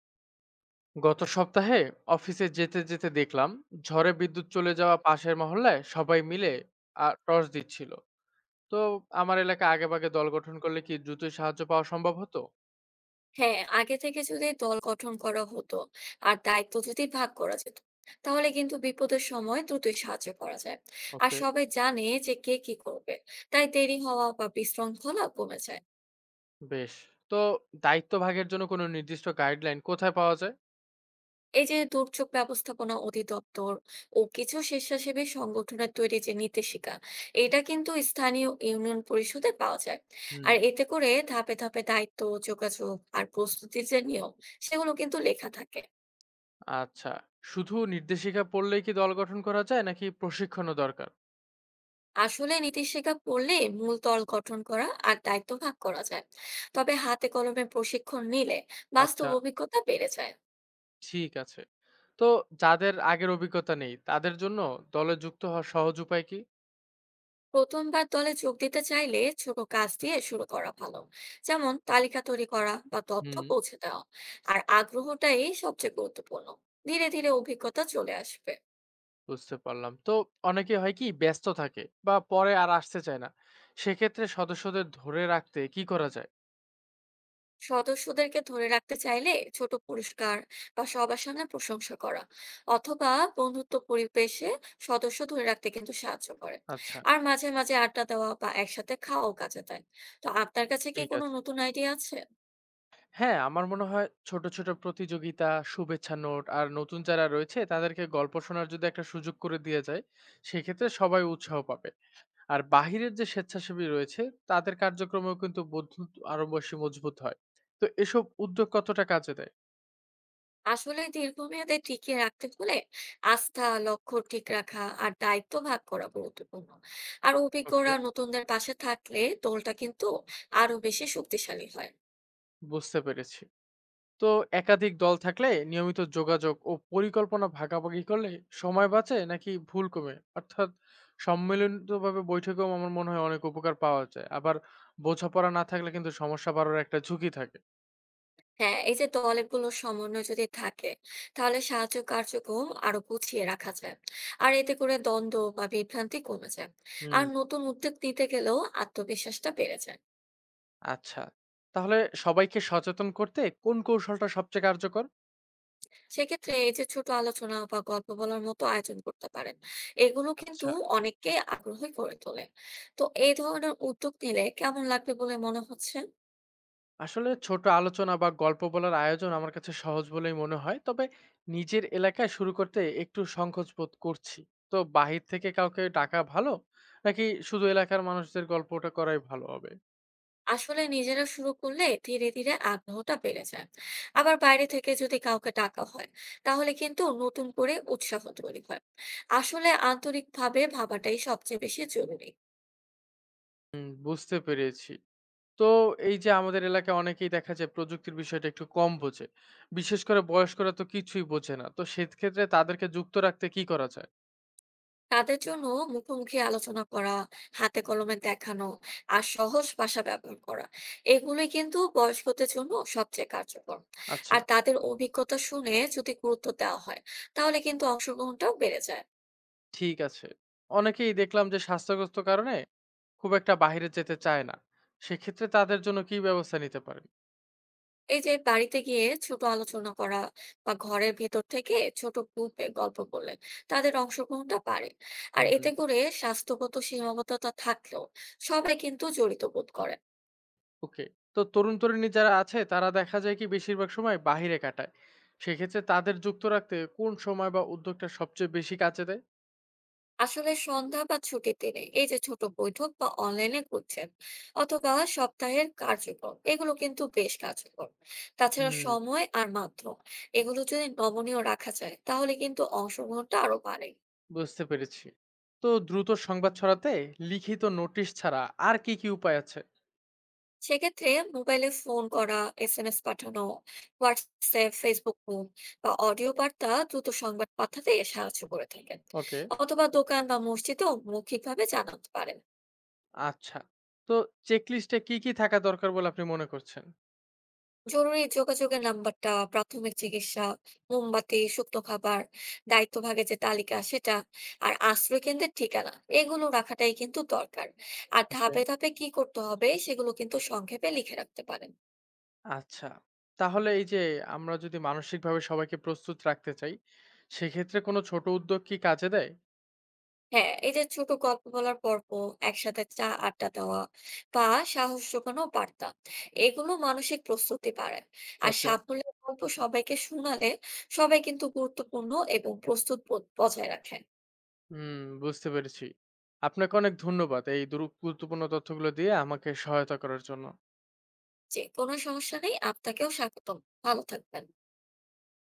গত সপ্তাহে অফিসে যেতে যেতে দেখলাম ঝড়ে বিদ্যুৎ চলে যাওয়া পাশের মহল্লায় সবাই মিলে টর্চ দিচ্ছিল। তো আমার এলাকা আগে ভাগে দল গঠন করলে কি দ্রুতই সাহায্য পাওয়া সম্ভব হতো? হ্যাঁ, আগে থেকে যদি দল গঠন করা হতো আর দায়িত্ব যদি ভাগ করা যেত, তাহলে কিন্তু বিপদের সময় দ্রুতই সাহায্য করা যায়। আর ওকে। সবাই জানে যে কে কি করবে, তাই দেরি হওয়া বা বিশৃঙ্খলা কমে যায়। বেশ। তো দায়িত্ব ভাগের জন্য কোনো নির্দিষ্ট গাইডলাইন কোথায় পাওয়া যায়? এই যে দুর্যোগ ব্যবস্থাপনা অধিদপ্তর ও কিছু স্বেচ্ছাসেবী সংগঠনের তৈরি যে নির্দেশিকা, এটা কিন্তু স্থানীয় ইউনিয়ন পরিষদে পাওয়া যায়। হুম। আর এতে করে ধাপে ধাপে দায়িত্ব, যোগাযোগ আর প্রস্তুতির যে নিয়ম, সেগুলো কিন্তু লেখা থাকে। আচ্ছা, শুধু নির্দেশিকা পড়লেই কি দল গঠন করা যায় নাকি প্রশিক্ষণও দরকার? আসলে নীতিশিক্ষা পড়লে মূল দল গঠন করা আর দায়িত্ব ভাগ করা যায়, তবে হাতে কলমে প্রশিক্ষণ নিলে বাস্তব আচ্ছা, অভিজ্ঞতা বেড়ে যায়। ঠিক আছে। তো যাদের আগের অভিজ্ঞতা নেই তাদের জন্য দলে যুক্ত হওয়ার সহজ উপায় কি? প্রথমবার দলে যোগ দিতে চাইলে ছোট কাজ দিয়ে শুরু করা ভালো, যেমন তালিকা তৈরি করা বা তথ্য হুম, পৌঁছে দেওয়া। আর আগ্রহটাই সবচেয়ে গুরুত্বপূর্ণ, ধীরে ধীরে অভিজ্ঞতা চলে আসবে। বুঝতে পারলাম। তো অনেকে হয় কি ব্যস্ত থাকে বা পরে আর আসতে চায় না। সেক্ষেত্রে সদস্যদের ধরে রাখতে কি করা যায়? সদস্যদেরকে ধরে রাখতে চাইলে ছোট পুরস্কার বা সবার সামনে প্রশংসা করা, অথবা বন্ধুত্ব পরিবেশে সদস্য ধরে রাখতে কিন্তু সাহায্য করে। আচ্ছা, আর মাঝে মাঝে আড্ডা দেওয়া বা একসাথে খাওয়াও কাজে দেয়। তো আপনার কাছে কি ঠিক কোনো আছে। নতুন আইডিয়া আছে? হ্যাঁ, আমার মনে হয় ছোট, ছোট প্রতিযোগিতা, শুভেচ্ছা নোট আর নতুন যারা রয়েছে তাদেরকে গল্প শোনার যদি একটা সুযোগ করে দেয়া যায়, সেক্ষেত্রে সবাই উৎসাহ পাবে। আর বাহিরের যে স্বেচ্ছাসেবী রয়েছে তাদের কার্যক্রমেও কিন্তু বন্ধুত্ব আরো বেশি মজবুত হয়। তো এসব উদ্যোগ কতটা কাজে দেয়? আসলে দীর্ঘমেয়াদে টিকিয়ে রাখতে হলে আস্থা, লক্ষ্য ঠিক রাখা আর দায়িত্ব ভাগ করা গুরুত্বপূর্ণ। আর ওকে, অভিজ্ঞরা নতুনদের পাশে থাকলে দলটা কিন্তু আরো বেশি শক্তিশালী হয়। বুঝতে পেরেছি। তো একাধিক দল থাকলে নিয়মিত যোগাযোগ ও পরিকল্পনা ভাগাভাগি করলে সময় বাঁচে নাকি ভুল কমে, অর্থাৎ সম্মিলিতভাবে বৈঠকেও আমার মনে হয় অনেক উপকার পাওয়া যায়, আবার বোঝাপড়া না থাকলে কিন্তু সমস্যা বাড়ার একটা ঝুঁকি থাকে। হ্যাঁ, এই যে দলগুলোর সমন্বয় যদি থাকে, তাহলে সাহায্য কার্যক্রম আরো গুছিয়ে রাখা যায়। আর এতে করে দ্বন্দ্ব বা বিভ্রান্তি কমে যায়। আর হুম। নতুন উদ্যোগ নিতে গেলেও আত্মবিশ্বাসটা বেড়ে যায়। আচ্ছা, তাহলে সবাইকে সচেতন করতে কোন কৌশলটা সবচেয়ে কার্যকর? সেক্ষেত্রে এই যে ছোট আলোচনা বা গল্প বলার মতো আয়োজন করতে পারেন, এগুলো কিন্তু আচ্ছা। অনেককে আগ্রহী করে তোলে। তো এই ধরনের উদ্যোগ নিলে কেমন লাগবে বলে মনে হচ্ছে? আসলে ছোট আলোচনা বা গল্প বলার আয়োজন আমার কাছে সহজ বলেই মনে হয়, তবে নিজের এলাকায় শুরু করতে একটু সংকোচ বোধ করছি। তো বাহির থেকে কাউকে ডাকা ভালো নাকি শুধু এলাকার মানুষদের গল্পটা করাই ভালো হবে? আসলে নিজেরা শুরু করলে ধীরে ধীরে আগ্রহটা বেড়ে যায়। আবার বাইরে থেকে যদি কাউকে ডাকা হয়, তাহলে কিন্তু নতুন করে উৎসাহ তৈরি হয়। আসলে আন্তরিকভাবে ভাবাটাই সবচেয়ে বেশি জরুরি। হুম, বুঝতে পেরেছি। তো এই যে আমাদের এলাকায় অনেকেই দেখা যায় প্রযুক্তির বিষয়টা একটু কম বোঝে, বিশেষ করে বয়স্করা তো কিছুই বোঝে না। তো সেক্ষেত্রে তাদেরকে যুক্ত রাখতে কি করা যায়? তাদের জন্য মুখোমুখি আলোচনা করা, হাতে কলমে দেখানো আর সহজ ভাষা ব্যবহার করা, এগুলোই কিন্তু বয়স্কদের জন্য সবচেয়ে কার্যকর। আচ্ছা। আর তাদের অভিজ্ঞতা শুনে যদি গুরুত্ব দেওয়া হয়, তাহলে কিন্তু অংশগ্রহণটাও বেড়ে যায়। ঠিক আছে। অনেকেই দেখলাম যে স্বাস্থ্যগ্রস্ত কারণে খুব একটা বাহিরে যেতে চায় না। সেক্ষেত্রে তাদের জন্য কি ব্যবস্থা নিতে পারেন? এই যে বাড়িতে গিয়ে ছোট আলোচনা করা বা ঘরের ভেতর থেকে ছোট গ্রুপে গল্প করলে তাদের অংশগ্রহণটা বাড়ে। আর এতে হুম। করে স্বাস্থ্যগত সীমাবদ্ধতা থাকলেও সবাই কিন্তু জড়িত বোধ করেন। ওকে। তো তরুণ-তরুণী যারা আছে তারা দেখা যায় কি বেশিরভাগ সময় বাহিরে কাটায়। সেক্ষেত্রে তাদের যুক্ত রাখতে কোন সময় বা উদ্যোগটা সবচেয়ে বেশি কাজে দেয়? আসলে সন্ধ্যা বা ছুটির দিনে এই যে ছোট বৈঠক বা অনলাইনে করছেন, অথবা সপ্তাহের কার্যক্রম, এগুলো কিন্তু বেশ কার্যকর। হুম। তাছাড়া সময় আর মাধ্যম, এগুলো যদি নমনীয় রাখা যায় তাহলে কিন্তু অংশগ্রহণটা আরো বাড়ে। বুঝতে পেরেছি। তো দ্রুত সংবাদ ছড়াতে লিখিত নোটিশ ছাড়া আর কি, কি উপায় আছে? সেক্ষেত্রে মোবাইলে ফোন করা, এসএমএস পাঠানো, হোয়াটসঅ্যাপ ফেসবুক গ্রুপ বা অডিও বার্তা দ্রুত সংবাদ পাঠাতে সাহায্য করে থাকেন। ওকে, অথবা দোকান বা মসজিদেও মৌখিকভাবে জানাতে পারেন। আচ্ছা। তো চেকলিস্টে কি, কি থাকা দরকার বলে আপনি মনে করছেন? জরুরি যোগাযোগের নাম্বারটা, প্রাথমিক চিকিৎসা, মোমবাতি, শুকনো খাবার, দায়িত্ব ভাগের যে তালিকা সেটা, আর আশ্রয় কেন্দ্রের ঠিকানা, এগুলো রাখাটাই কিন্তু দরকার। আর ওকে। ধাপে ধাপে কি করতে হবে সেগুলো কিন্তু সংক্ষেপে লিখে রাখতে পারেন। আচ্ছা। তাহলে এই যে আমরা যদি মানসিকভাবে সবাইকে প্রস্তুত রাখতে চাই, সেক্ষেত্রে কোনো ছোট উদ্যোগ কি কাজে দেয়? হ্যাঁ, এই যে ছোট গল্প বলার পর্ব, একসাথে চা আড্ডা দেওয়া বা সাহস যোগানো বার্তা, এগুলো মানসিক প্রস্তুতি বাড়ায়। আর ওকে। সাফল্যের গল্প সবাইকে শোনালে সবাই কিন্তু গুরুত্বপূর্ণ এবং প্রস্তুত বোধ বজায় রাখে। হুম, বুঝতে পেরেছি। আপনাকে অনেক ধন্যবাদ এই দুরু গুরুত্বপূর্ণ তথ্যগুলো দিয়ে আমাকে সহায়তা করার জন্য। যে কোনো সমস্যা নেই, আপনাকেও স্বাগতম। ভালো থাকবেন।